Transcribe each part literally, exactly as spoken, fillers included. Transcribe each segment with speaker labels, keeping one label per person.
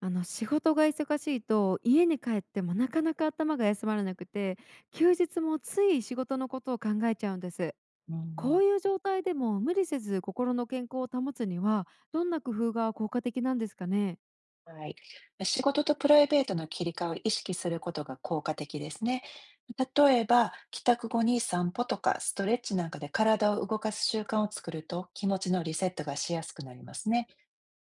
Speaker 1: あの仕事が忙しいと家に帰ってもなかなか頭が休まらなくて、休日もつい仕事のことを考えちゃうんです。
Speaker 2: う
Speaker 1: こ
Speaker 2: ん、
Speaker 1: ういう状態でも無理せず心の健康を保つには、どんな工夫が効果的なんですかね？
Speaker 2: はい。仕事とプライベートの切り替えを意識することが効果的ですね。例えば、帰宅後に散歩とかストレッチなんかで体を動かす習慣を作ると気持ちのリセットがしやすくなりますね。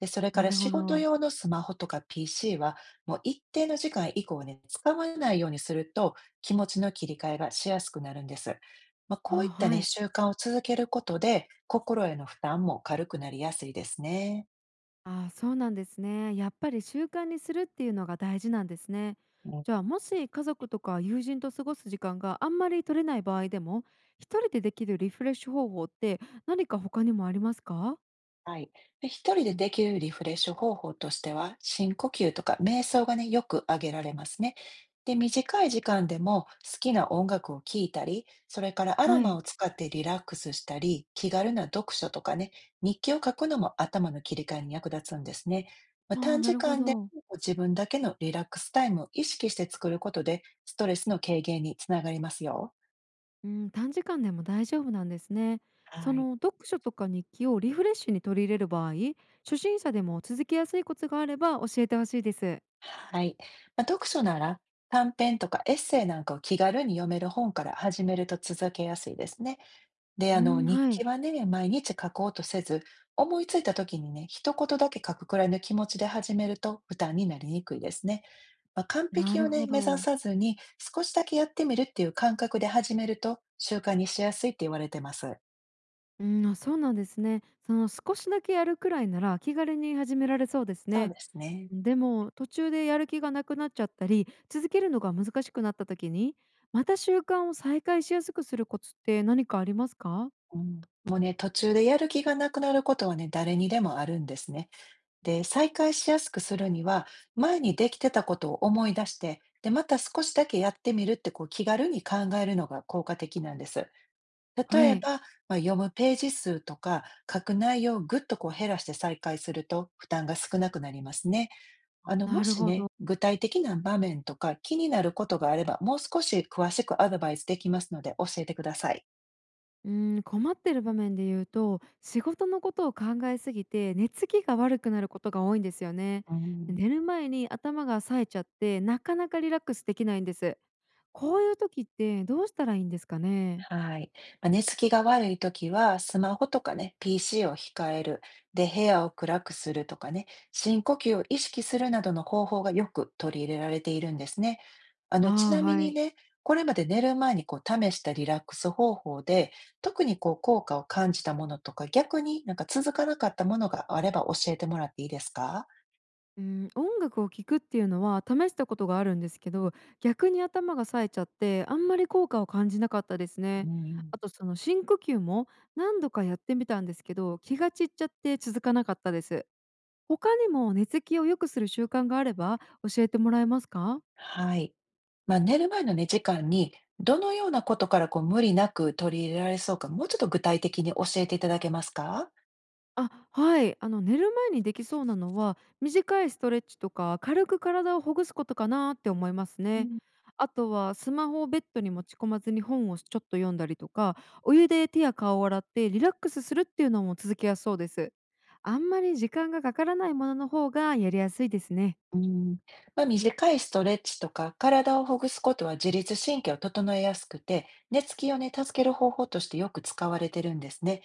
Speaker 2: で、それか
Speaker 1: な
Speaker 2: ら
Speaker 1: る
Speaker 2: 仕
Speaker 1: ほ
Speaker 2: 事
Speaker 1: ど。
Speaker 2: 用のスマホとか ピーシー はもう一定の時間以降ね、使わないようにすると気持ちの切り替えがしやすくなるんです。まあ、
Speaker 1: あ、
Speaker 2: こういった
Speaker 1: は
Speaker 2: ね、
Speaker 1: い。
Speaker 2: 習慣を続けることで心への負担も軽くなりやすいですね。
Speaker 1: あ、そうなんですね。やっぱり習慣にするっていうのが大事なんですね。じゃあ、もし家族とか友人と過ごす時間があんまり取れない場合でも、一人でできるリフレッシュ方法って何か他にもありますか？
Speaker 2: はい。で一人でできるリフレッシュ方法としては、深呼吸とか瞑想がね、よく挙げられますね。で、短い時間でも好きな音楽を聴いたり、それからアロ
Speaker 1: は
Speaker 2: マ
Speaker 1: い。
Speaker 2: を使ってリラックスしたり、気軽な読書とかね、日記を書くのも頭の切り替えに役立つんですね。まあ、
Speaker 1: ああ、
Speaker 2: 短
Speaker 1: な
Speaker 2: 時
Speaker 1: るほ
Speaker 2: 間で
Speaker 1: ど。
Speaker 2: 自分だけのリラックスタイムを意識して作ることで、ストレスの軽減につながりますよ。
Speaker 1: うん、短時間でも大丈夫なんですね。そ
Speaker 2: はい。
Speaker 1: の読書とか日記をリフレッシュに取り入れる場合、初心者でも続けやすいコツがあれば教えてほしいです。
Speaker 2: はい。まあ、読書なら短編とかエッセイなんかを気軽に読める本から始めると続けやすいですね。で、あ
Speaker 1: う
Speaker 2: の、
Speaker 1: ん、
Speaker 2: 日
Speaker 1: は
Speaker 2: 記
Speaker 1: い。
Speaker 2: はね、毎日書こうとせず、思いついた時にね、一言だけ書くくらいの気持ちで始めると負担になりにくいですね。まあ、完
Speaker 1: な
Speaker 2: 璧を
Speaker 1: るほ
Speaker 2: ね、目指
Speaker 1: ど。
Speaker 2: さずに少しだけやってみるっていう感覚で始めると習慣にしやすいって言われてます。
Speaker 1: うん、あ、そうなんですね。その少しだけやるくらいなら気軽に始められそうです
Speaker 2: そう
Speaker 1: ね。
Speaker 2: ですね。
Speaker 1: でも、途中でやる気がなくなっちゃったり、続けるのが難しくなった時に、また習慣を再開しやすくするコツって何かありますか？
Speaker 2: うん、もうね、途中でやる気がなくなることはね、誰にでもあるんですね。で、再開しやすくするには、前にできてたことを思い出して、で、また少しだけやってみるってこう気軽に考えるのが効果的なんです。例
Speaker 1: は
Speaker 2: え
Speaker 1: い。
Speaker 2: ば、まあ、読むページ数とか書く内容をぐっとこう減らして再開すると負担が少なくなりますね。あ
Speaker 1: あ、
Speaker 2: の、も
Speaker 1: なる
Speaker 2: し
Speaker 1: ほ
Speaker 2: ね、
Speaker 1: ど。
Speaker 2: 具体的な場面とか気になることがあれば、もう少し詳しくアドバイスできますので教えてください。
Speaker 1: うん、困ってる場面で言うと、仕事のことを考えすぎて、寝つきが悪くなることが多いんですよね。
Speaker 2: う
Speaker 1: で、
Speaker 2: ん、
Speaker 1: 寝る前に頭が冴えちゃって、なかなかリラックスできないんです。こういう時ってどうしたらいいんですかね。
Speaker 2: はい。まあ寝つきが悪いときは、スマホとかね、ピーシー を控える。で、部屋を暗くするとかね、深呼吸を意識するなどの方法がよく取り入れられているんですね。あの、ち
Speaker 1: あ
Speaker 2: な
Speaker 1: あ、
Speaker 2: み
Speaker 1: は
Speaker 2: に
Speaker 1: い。
Speaker 2: ね、これまで寝る前にこう試したリラックス方法で、特にこう効果を感じたものとか、逆になんか続かなかったものがあれば教えてもらっていいですか？
Speaker 1: うん、音楽を聴くっていうのは試したことがあるんですけど、逆に頭が冴えちゃって、あんまり効果を感じなかったです
Speaker 2: う
Speaker 1: ね。
Speaker 2: ん、
Speaker 1: あと、その深呼吸も何度かやってみたんですけど、気が散っちゃって続かなかったです。他にも寝つきを良くする習慣があれば教えてもらえますか？
Speaker 2: はい。まあ、寝る前の寝時間に、どのようなことからこう無理なく取り入れられそうか、もうちょっと具体的に教えていただけますか？
Speaker 1: あ、はい。あの寝る前にできそうなのは、短いストレッチとか軽く体をほぐすことかなって思います
Speaker 2: う
Speaker 1: ね。
Speaker 2: ん。
Speaker 1: あとはスマホをベッドに持ち込まずに本をちょっと読んだりとか、お湯で手や顔を洗ってリラックスするっていうのも続けやすそうです。あんまり時間がかからないものの方がやりやすいですね。
Speaker 2: うん、まあ、短いストレッチとか体をほぐすことは自律神経を整えやすくて、寝つきをね、助ける方法としてよく使われてるんですね。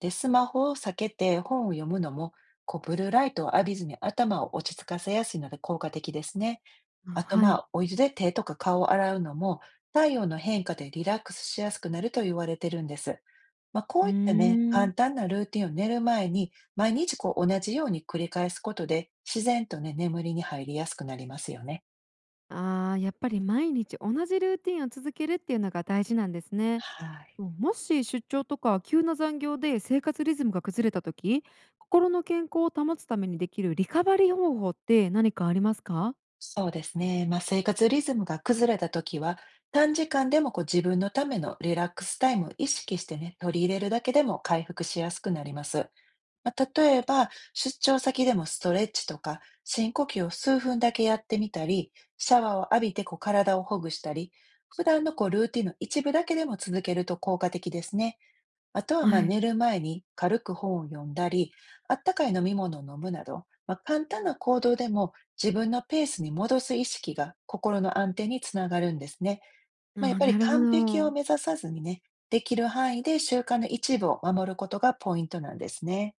Speaker 2: で、スマホを避けて本を読むのも、こうブルーライトを浴びずに頭を落ち着かせやすいので効果的ですね。
Speaker 1: あ、
Speaker 2: あと、
Speaker 1: は
Speaker 2: ま
Speaker 1: い。
Speaker 2: あ、お湯で手とか顔を洗うのも、体温の変化でリラックスしやすくなると言われてるんです。まあ、こ
Speaker 1: う
Speaker 2: う
Speaker 1: ー
Speaker 2: いったね、
Speaker 1: ん。
Speaker 2: 簡単なルーティンを寝る前に、毎日こう同じように繰り返すことで、自然とね、眠りに入りやすくなりますよね。
Speaker 1: ああ、やっぱり毎日同じルーティンを続けるっていうのが大事なんですね。
Speaker 2: はい。
Speaker 1: もうもし出張とか急な残業で生活リズムが崩れた時、心の健康を保つためにできるリカバリー方法って何かありますか？
Speaker 2: そうですね。まあ、生活リズムが崩れたときは、短時間でもこう自分のためのリラックスタイムを意識してね、取り入れるだけでも回復しやすくなります。まあ、例えば、出張先でもストレッチとか、深呼吸を数分だけやってみたり、シャワーを浴びてこう体をほぐしたり、普段のこうルーティンの一部だけでも続けると効果的ですね。あとはまあ
Speaker 1: はい。
Speaker 2: 寝る前に軽く本を読んだり、あったかい飲み物を飲むなど、まあ、簡単な行動でも自分のペースに戻す意識が心の安定につながるんですね。
Speaker 1: あ
Speaker 2: まあ、やっ
Speaker 1: ー、
Speaker 2: ぱり
Speaker 1: なるほ
Speaker 2: 完璧を
Speaker 1: ど。
Speaker 2: 目指さずにね、できる範囲で習慣の一部を守ることがポイントなんですね。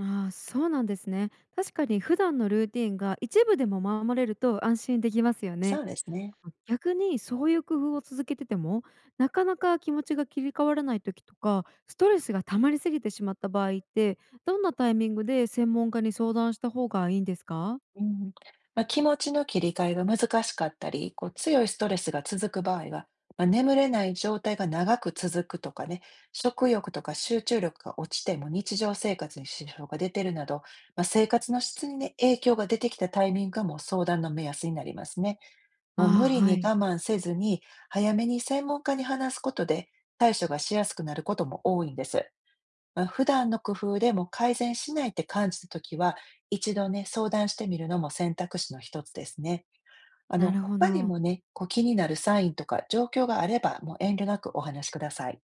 Speaker 1: ああ、そうなんですね。確かに普段のルーティンが一部でも守れると安心できますよ
Speaker 2: そ
Speaker 1: ね。
Speaker 2: うですね。
Speaker 1: 逆に、そういう工夫を続けててもなかなか気持ちが切り替わらない時とか、ストレスが溜まりすぎてしまった場合って、どんなタイミングで専門家に相談した方がいいんですか？
Speaker 2: うん。まあ、気持ちの切り替えが難しかったり、こう強いストレスが続く場合は、まあ、眠れない状態が長く続くとかね、食欲とか集中力が落ちても日常生活に支障が出てるなど、まあ、生活の質にね、影響が出てきたタイミングがもう相談の目安になりますね。もう無
Speaker 1: ああ、
Speaker 2: 理
Speaker 1: は
Speaker 2: に
Speaker 1: い。
Speaker 2: 我慢せずに、早めに専門家に話すことで、対処がしやすくなることも多いんです。まあ、普段の工夫でも改善しないって感じたときは、一度ね、相談してみるのも選択肢の一つですね。あ
Speaker 1: な
Speaker 2: の、
Speaker 1: るほ
Speaker 2: 他に
Speaker 1: ど。
Speaker 2: もね、こう気になるサインとか状況があれば、もう遠慮なくお話しください。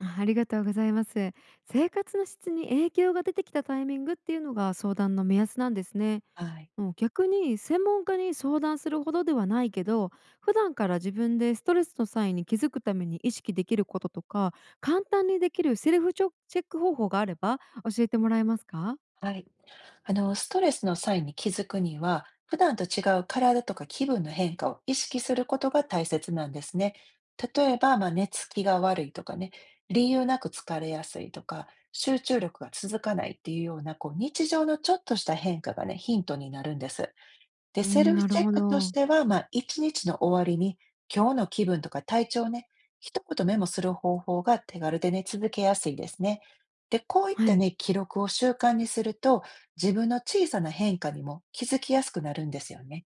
Speaker 1: あ、ありがとうございます。生活の質に影響が出てきたタイミングっていうのが相談の目安なんですね。
Speaker 2: はい。
Speaker 1: もう逆に専門家に相談するほどではないけど、普段から自分でストレスの際に気づくために意識できることとか、簡単にできるセルフチョチェック方法があれば教えてもらえますか？
Speaker 2: はい。あの、ストレスの際に気づくには、普段と違う体とか気分の変化を意識することが大切なんですね。例えば、まあ、寝つきが悪いとかね、理由なく疲れやすいとか、集中力が続かないっていうような、こう、日常のちょっとした変化がね、ヒントになるんです。で、
Speaker 1: う
Speaker 2: セル
Speaker 1: ん、
Speaker 2: フ
Speaker 1: な
Speaker 2: チ
Speaker 1: る
Speaker 2: ェッ
Speaker 1: ほ
Speaker 2: クとし
Speaker 1: ど。
Speaker 2: ては、まあ、いちにちの終わりに、今日の気分とか体調をね、一言メモする方法が手軽でね、続けやすいですね。で、こういっ
Speaker 1: は
Speaker 2: た
Speaker 1: い。
Speaker 2: ね、記録を習慣にすると、自分の小さな変化にも気づきやすくなるんですよね。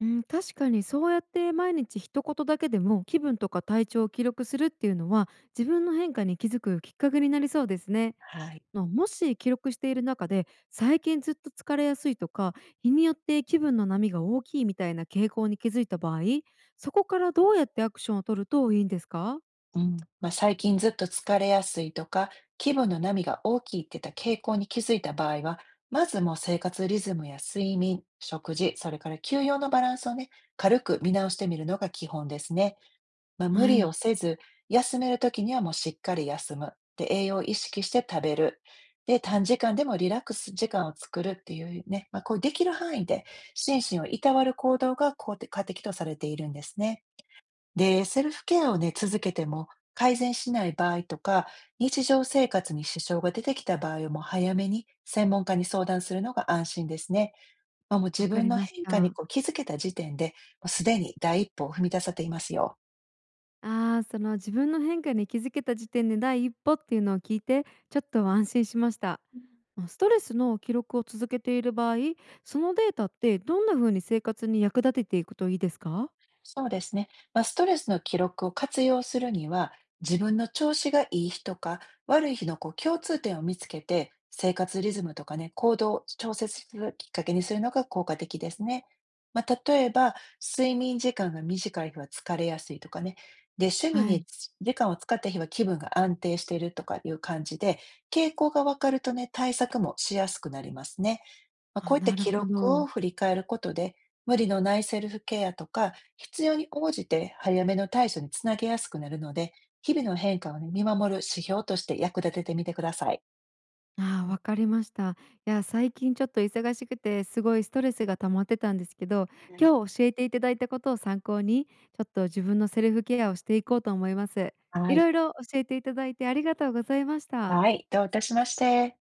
Speaker 1: うん、確かにそうやって毎日一言だけでも気分とか体調を記録するっていうのは、自分の変化に気づくきっかけになりそうですね。
Speaker 2: はい。
Speaker 1: のもし記録している中で、最近ずっと疲れやすいとか、日によって気分の波が大きいみたいな傾向に気づいた場合、そこからどうやってアクションを取るといいんですか？
Speaker 2: うん。まあ、最近ずっと疲れやすいとか、気分の波が大きいって言った傾向に気づいた場合は、まずもう生活リズムや睡眠、食事、それから休養のバランスをね、軽く見直してみるのが基本ですね。まあ、無
Speaker 1: は
Speaker 2: 理を
Speaker 1: い、
Speaker 2: せず、休めるときにはもうしっかり休む。で、栄養を意識して食べる。で、短時間でもリラックス時間を作るっていうね、まあ、こうできる範囲で心身をいたわる行動が効果的とされているんですね。で、セルフケアをね、続けても改善しない場合とか、日常生活に支障が出てきた場合はもう早めに専門家に相談するのが安心ですね。まあ、もう
Speaker 1: わ
Speaker 2: 自
Speaker 1: か
Speaker 2: 分
Speaker 1: り
Speaker 2: の
Speaker 1: まし
Speaker 2: 変化に
Speaker 1: た。
Speaker 2: こう気づけた時点で、もうすでに第一歩を踏み出せていますよ。
Speaker 1: あー、その自分の変化に気づけた時点で第一歩っていうのを聞いて、ちょっと安心しました。ストレスの記録を続けている場合、そのデータってどんな風に生活に役立てていくといいですか？
Speaker 2: そうですね。まあ、ストレスの記録を活用するには、自分の調子がいい日とか悪い日のこう共通点を見つけて、生活リズムとかね、行動を調節するきっかけにするのが効果的ですね。まあ、例えば、睡眠時間が短い日は疲れやすいとかね。で、趣味
Speaker 1: は
Speaker 2: に
Speaker 1: い。
Speaker 2: 時間を使った日は気分が安定しているとかいう感じで、傾向がわかるとね、対策もしやすくなりますね。まあ、こ
Speaker 1: あ、
Speaker 2: ういった
Speaker 1: なる
Speaker 2: 記
Speaker 1: ほ
Speaker 2: 録
Speaker 1: ど。
Speaker 2: を振り返ることで、無理のないセルフケアとか、必要に応じて早めの対処につなげやすくなるので、日々の変化をね、見守る指標として役立ててみてください。
Speaker 1: ああ、わかりました。いや、最近ちょっと忙しくて、すごいストレスが溜まってたんですけど、
Speaker 2: はい。
Speaker 1: 今日教えていただいたことを参考に、ちょっと自分のセルフケアをしていこうと思います。
Speaker 2: は
Speaker 1: い
Speaker 2: い。
Speaker 1: ろいろ教えていただいてありがとうございました。
Speaker 2: はい、どういたしまして。